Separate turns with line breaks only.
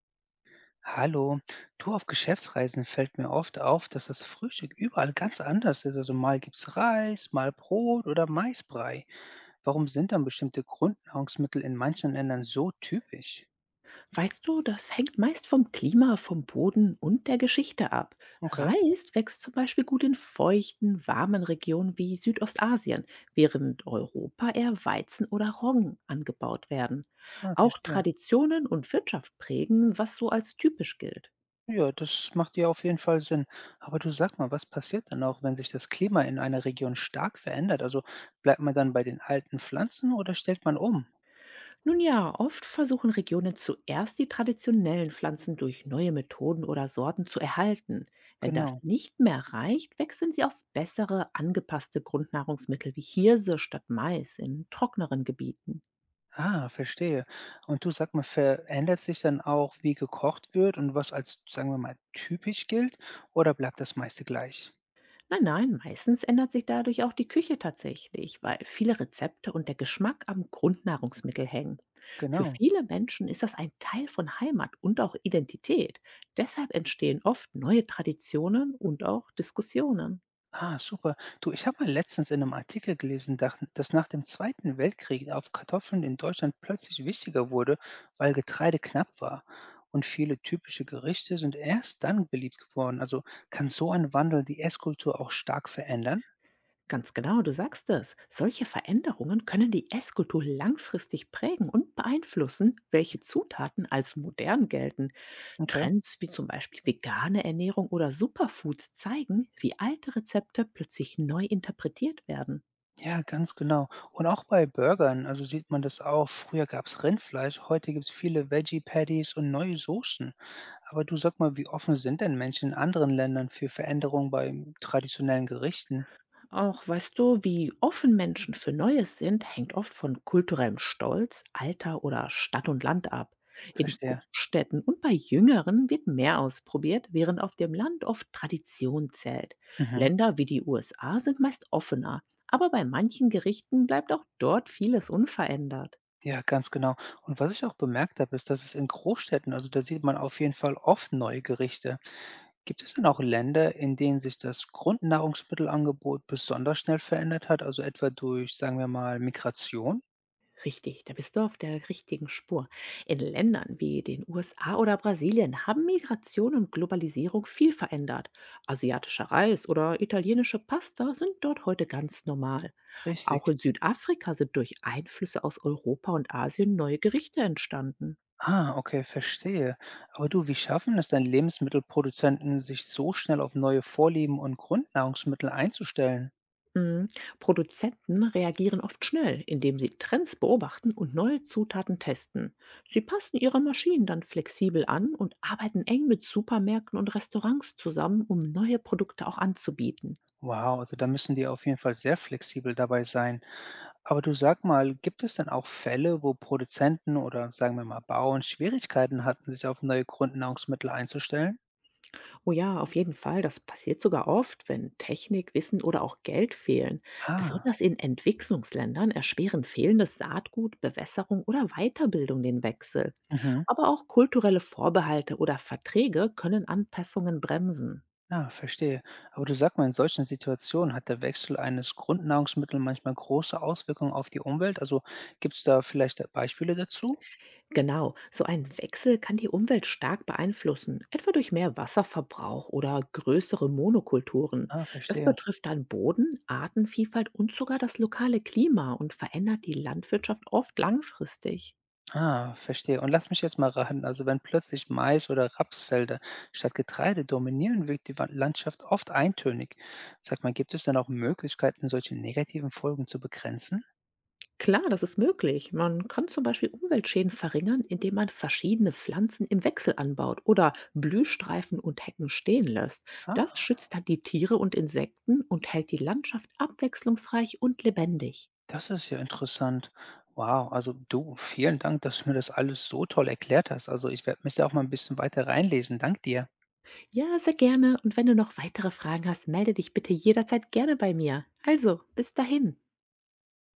Hallo, du, auf Geschäftsreisen fällt mir oft auf, dass das Frühstück überall ganz anders ist. Also mal gibt's Reis, mal Brot oder Maisbrei. Warum sind dann bestimmte Grundnahrungsmittel in manchen Ländern so typisch?
Weißt du, das hängt meist vom Klima, vom Boden und der Geschichte ab.
Okay,
Reis wächst zum Beispiel gut in feuchten, warmen Regionen wie Südostasien, während Europa eher Weizen oder Roggen angebaut werden.
ah,
Auch
verstehe.
Traditionen und Wirtschaft prägen, was so als typisch gilt.
Ja, das macht ja auf jeden Fall Sinn. Aber du, sag mal, was passiert dann auch, wenn sich das Klima in einer Region stark verändert? Also bleibt man dann bei den alten Pflanzen oder stellt man um?
Nun ja, oft versuchen Regionen zuerst die traditionellen Pflanzen durch neue Methoden oder Sorten zu erhalten. Wenn das
Genau.
nicht mehr reicht, wechseln sie auf bessere, angepasste Grundnahrungsmittel wie Hirse statt Mais in trockneren Gebieten.
Ah, verstehe. Und du, sag mal, verändert sich dann auch, wie gekocht wird und was als, sagen wir mal, typisch gilt oder bleibt das meiste gleich?
Nein, nein, meistens ändert sich dadurch auch die Küche tatsächlich, weil viele Rezepte und der Geschmack am Grundnahrungsmittel hängen. Für
Genau.
viele Menschen ist das ein Teil von Heimat und auch Identität. Deshalb entstehen oft neue Traditionen und auch Diskussionen.
Ah, super. Du, ich habe mal letztens in einem Artikel gelesen, dass nach dem Zweiten Weltkrieg auf Kartoffeln in Deutschland plötzlich wichtiger wurde, weil Getreide knapp war. Und viele typische Gerichte sind erst dann beliebt geworden. Also kann so ein Wandel die Esskultur auch stark verändern?
Ganz genau, du sagst es. Solche Veränderungen können die Esskultur langfristig prägen und beeinflussen, welche Zutaten als modern gelten.
Okay.
Trends wie zum Beispiel vegane Ernährung oder Superfoods zeigen, wie alte Rezepte plötzlich neu interpretiert werden.
Ja, ganz genau. Und auch bei Burgern, also sieht man das auch. Früher gab's Rindfleisch, heute gibt's viele Veggie Patties und neue Soßen. Aber du, sag mal, wie offen sind denn Menschen in anderen Ländern für Veränderungen bei traditionellen Gerichten?
Auch weißt du, wie offen Menschen für Neues sind, hängt oft von kulturellem Stolz, Alter oder Stadt und Land ab. In
Verstehe.
Großstädten und bei Jüngeren wird mehr ausprobiert, während auf dem Land oft Tradition zählt.
Mhm.
Länder wie die USA sind meist offener, aber bei manchen Gerichten bleibt auch dort vieles unverändert.
Ja, ganz genau. Und was ich auch bemerkt habe, ist, dass es in Großstädten, also da sieht man auf jeden Fall oft neue Gerichte. Gibt es denn auch Länder, in denen sich das Grundnahrungsmittelangebot besonders schnell verändert hat, also etwa durch, sagen wir mal, Migration?
Richtig, da bist du auf der richtigen Spur. In Ländern wie den USA oder Brasilien haben Migration und Globalisierung viel verändert. Asiatischer Reis oder italienische Pasta sind dort heute ganz normal. Auch
Richtig.
in Südafrika sind durch Einflüsse aus Europa und Asien neue Gerichte entstanden.
Ah, okay, verstehe. Aber du, wie schaffen es denn Lebensmittelproduzenten, sich so schnell auf neue Vorlieben und Grundnahrungsmittel einzustellen?
Mhm. Produzenten reagieren oft schnell, indem sie Trends beobachten und neue Zutaten testen. Sie passen ihre Maschinen dann flexibel an und arbeiten eng mit Supermärkten und Restaurants zusammen, um neue Produkte auch anzubieten.
Wow, also da müssen die auf jeden Fall sehr flexibel dabei sein. Aber du, sag mal, gibt es denn auch Fälle, wo Produzenten oder sagen wir mal Bauern Schwierigkeiten hatten, sich auf neue Grundnahrungsmittel einzustellen?
Oh ja, auf jeden Fall, das passiert sogar oft, wenn Technik, Wissen oder auch Geld fehlen.
Ah,
Besonders in Entwicklungsländern erschweren fehlendes Saatgut, Bewässerung oder Weiterbildung den Wechsel.
mhm.
Aber auch kulturelle Vorbehalte oder Verträge können Anpassungen bremsen.
Ja, verstehe. Aber du, sag mal, in solchen Situationen hat der Wechsel eines Grundnahrungsmittels manchmal große Auswirkungen auf die Umwelt. Also gibt es da vielleicht Beispiele dazu?
Genau, so ein Wechsel kann die Umwelt stark beeinflussen, etwa durch mehr Wasserverbrauch oder größere Monokulturen.
Ah,
Das
verstehe.
betrifft dann Boden, Artenvielfalt und sogar das lokale Klima und verändert die Landwirtschaft oft langfristig.
Ah, verstehe. Und lass mich jetzt mal raten, also wenn plötzlich Mais- oder Rapsfelder statt Getreide dominieren, wirkt die Landschaft oft eintönig. Sag mal, gibt es denn auch Möglichkeiten, solche negativen Folgen zu begrenzen?
Klar, das ist möglich. Man kann zum Beispiel Umweltschäden verringern, indem man verschiedene Pflanzen im Wechsel anbaut oder Blühstreifen und Hecken stehen lässt. Das
Ah,
schützt dann die Tiere und Insekten und hält die Landschaft abwechslungsreich und lebendig.
das ist ja interessant. Wow, also du, vielen Dank, dass du mir das alles so toll erklärt hast. Also ich werde mich da auch mal ein bisschen weiter reinlesen. Dank dir.
Ja, sehr gerne. Und wenn du noch weitere Fragen hast, melde dich bitte jederzeit gerne bei mir. Also, bis dahin.